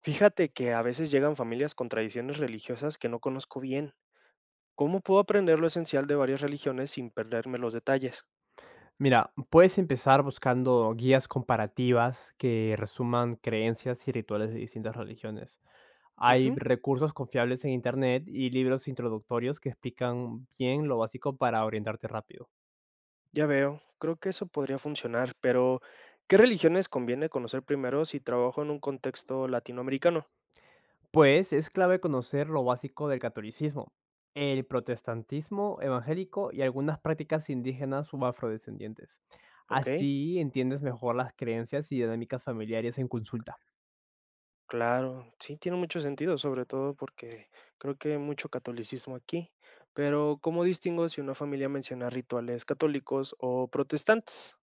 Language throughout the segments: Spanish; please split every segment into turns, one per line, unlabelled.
Fíjate que a veces llegan familias con tradiciones religiosas que no conozco bien. ¿Cómo puedo aprender lo esencial de varias religiones sin perderme los detalles?
Mira, puedes empezar buscando guías comparativas que resuman creencias y rituales de distintas religiones. Hay
Ujú,
recursos confiables en Internet y libros introductorios que explican bien lo básico para orientarte rápido.
ya veo, creo que eso podría funcionar, pero ¿qué religiones conviene conocer primero si trabajo en un contexto latinoamericano?
Pues es clave conocer lo básico del catolicismo, el protestantismo evangélico y algunas prácticas indígenas o afrodescendientes.
Ok,
Así entiendes mejor las creencias y dinámicas familiares en consulta.
claro, sí tiene mucho sentido, sobre todo porque creo que hay mucho catolicismo aquí. Pero ¿cómo distingo si una familia menciona rituales católicos o protestantes?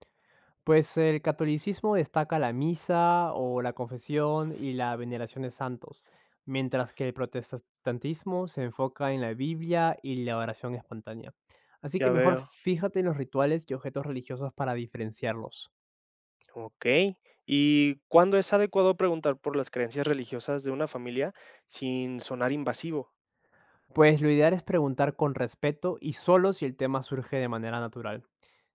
Pues el catolicismo destaca la misa o la confesión y la veneración de santos, mientras que el protestantismo se enfoca en la Biblia y la oración espontánea. Así
Ya
que mejor
veo.
fíjate en los rituales y objetos religiosos para diferenciarlos.
Ok. ¿Y cuándo es adecuado preguntar por las creencias religiosas de una familia sin sonar invasivo?
Pues lo ideal es preguntar con respeto y solo si el tema surge de manera natural.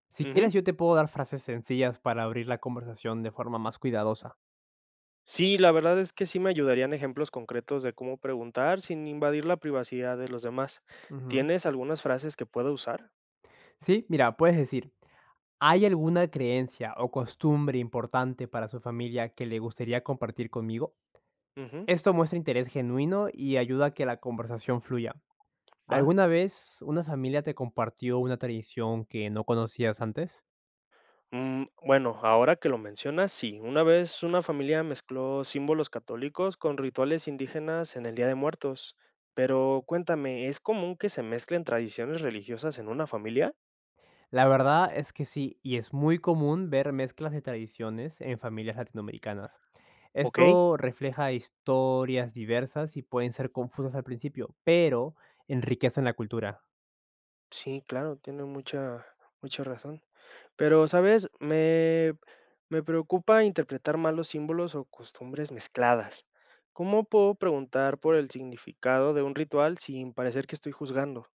Si
Ujú.
quieres, yo te puedo dar frases sencillas para abrir la conversación de forma más cuidadosa.
Sí, la verdad es que sí me ayudarían ejemplos concretos de cómo preguntar sin invadir la privacidad de los demás.
Ujú.
¿Tienes algunas frases que pueda usar?
Sí, mira, puedes decir, ¿hay alguna creencia o costumbre importante para su familia que le gustaría compartir conmigo?
Ujú,
Esto muestra interés genuino y ayuda a que la conversación fluya.
va.
¿Alguna vez una familia te compartió una tradición que no conocías antes?
Mm, bueno, ahora que lo mencionas, sí. Una vez una familia mezcló símbolos católicos con rituales indígenas en el Día de Muertos. Pero cuéntame, ¿es común que se mezclen tradiciones religiosas en una familia?
La verdad es que sí, y es muy común ver mezclas de tradiciones en familias latinoamericanas.
Ok.
Esto refleja historias diversas y pueden ser confusas al principio, pero enriquecen la cultura.
Sí, claro, tiene mucha mucha razón. Pero, ¿sabes? Me preocupa interpretar mal los símbolos o costumbres mezcladas. ¿Cómo puedo preguntar por el significado de un ritual sin parecer que estoy juzgando?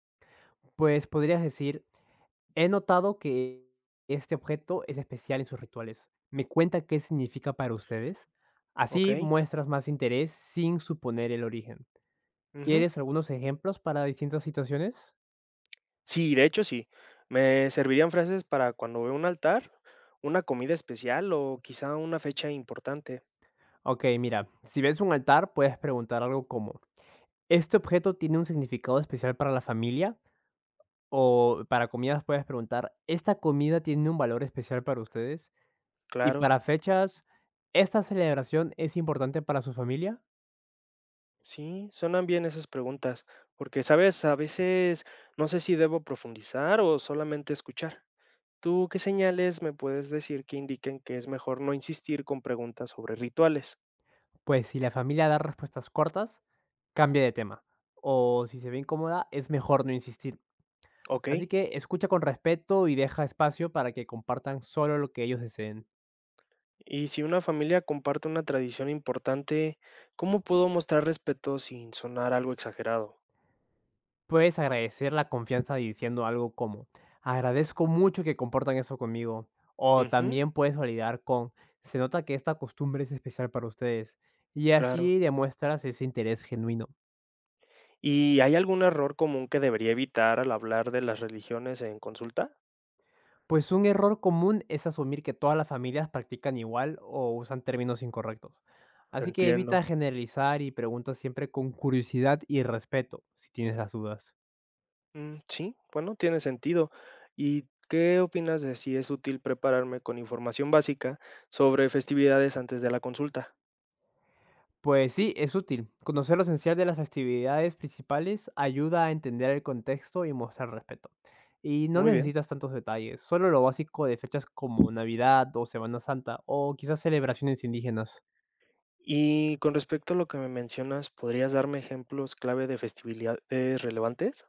Pues podrías decir, he notado que este objeto es especial en sus rituales. ¿Me cuenta qué significa para ustedes?
¿Ok?
Así muestras más interés sin suponer el origen.
Ujú.
¿Quieres algunos ejemplos para distintas situaciones?
Sí, de hecho, sí. Me servirían frases para cuando veo un altar, una comida especial o quizá una fecha importante.
Ok, mira, si ves un altar, puedes preguntar algo como, ¿este objeto tiene un significado especial para la familia? O para comidas puedes preguntar, ¿esta comida tiene un valor especial para ustedes? Y
Claro.
para fechas, ¿esta celebración es importante para su familia?
Sí, suenan bien esas preguntas, porque, ¿sabes? A veces no sé si debo profundizar o solamente escuchar. ¿Tú qué señales me puedes decir que indiquen que es mejor no insistir con preguntas sobre rituales?
Pues si la familia da respuestas cortas, cambia de tema. O si se ve incómoda, es mejor no insistir.
Ok.
Así que escucha con respeto y deja espacio para que compartan solo lo que ellos deseen.
Y si una familia comparte una tradición importante, ¿cómo puedo mostrar respeto sin sonar algo exagerado?
Puedes agradecer la confianza diciendo algo como, agradezco mucho que compartan eso conmigo. O
Ujú,
también puedes validar con, se nota que esta costumbre es especial para ustedes. Y
claro.
así demuestras ese interés genuino.
¿Y hay algún error común que debería evitar al hablar de las religiones en consulta?
Pues un error común es asumir que todas las familias practican igual o usan términos incorrectos. Así que evita
Entiendo.
generalizar y pregunta siempre con curiosidad y respeto si tienes las dudas.
Mm, sí, bueno, tiene sentido. ¿Y qué opinas de si es útil prepararme con información básica sobre festividades antes de la consulta?
Pues sí, es útil. Conocer lo esencial de las festividades principales ayuda a entender el contexto y mostrar respeto. Y no
Muy bien.
necesitas tantos detalles, solo lo básico de fechas como Navidad o Semana Santa o quizás celebraciones indígenas.
Y con respecto a lo que me mencionas, ¿podrías darme ejemplos clave de festividades relevantes?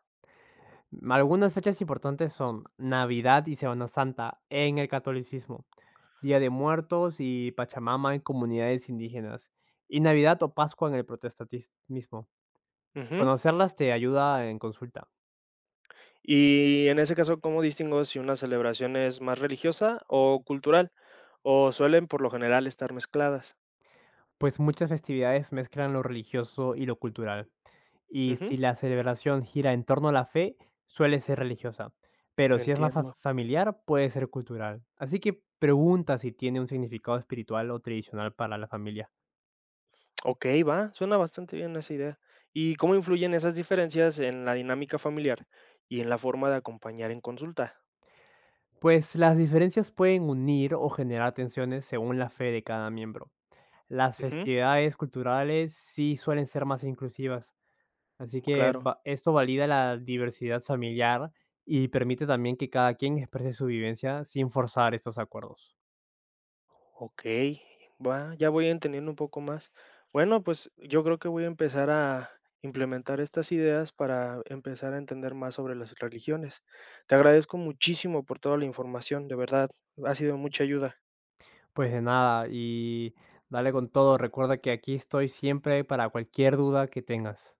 Algunas fechas importantes son Navidad y Semana Santa en el catolicismo, Día de Muertos y Pachamama en comunidades indígenas, y Navidad o Pascua en el protestantismo.
Ujú.
Conocerlas te ayuda en consulta.
Y en ese caso, ¿cómo distingo si una celebración es más religiosa o cultural? ¿O suelen por lo general estar mezcladas?
Pues muchas festividades mezclan lo religioso y lo cultural, y
Ujú.
si la celebración gira en torno a la fe, suele ser religiosa, pero si es más
Entiendo.
familiar, puede ser cultural. Así que pregunta si tiene un significado espiritual o tradicional para la familia.
Ok, va, suena bastante bien esa idea. ¿Y cómo influyen esas diferencias en la dinámica familiar y en la forma de acompañar en consulta?
Pues las diferencias pueden unir o generar tensiones según la fe de cada miembro. Las
Ujú,
festividades culturales sí suelen ser más inclusivas. Así que
claro.
va, esto valida la diversidad familiar y permite también que cada quien exprese su vivencia sin forzar estos acuerdos.
Ok, va, ya voy entendiendo un poco más. Bueno, pues yo creo que voy a empezar a implementar estas ideas para empezar a entender más sobre las religiones. Te agradezco muchísimo por toda la información, de verdad, ha sido mucha ayuda.
Pues de nada y dale con todo. Recuerda que aquí estoy siempre para cualquier duda que tengas.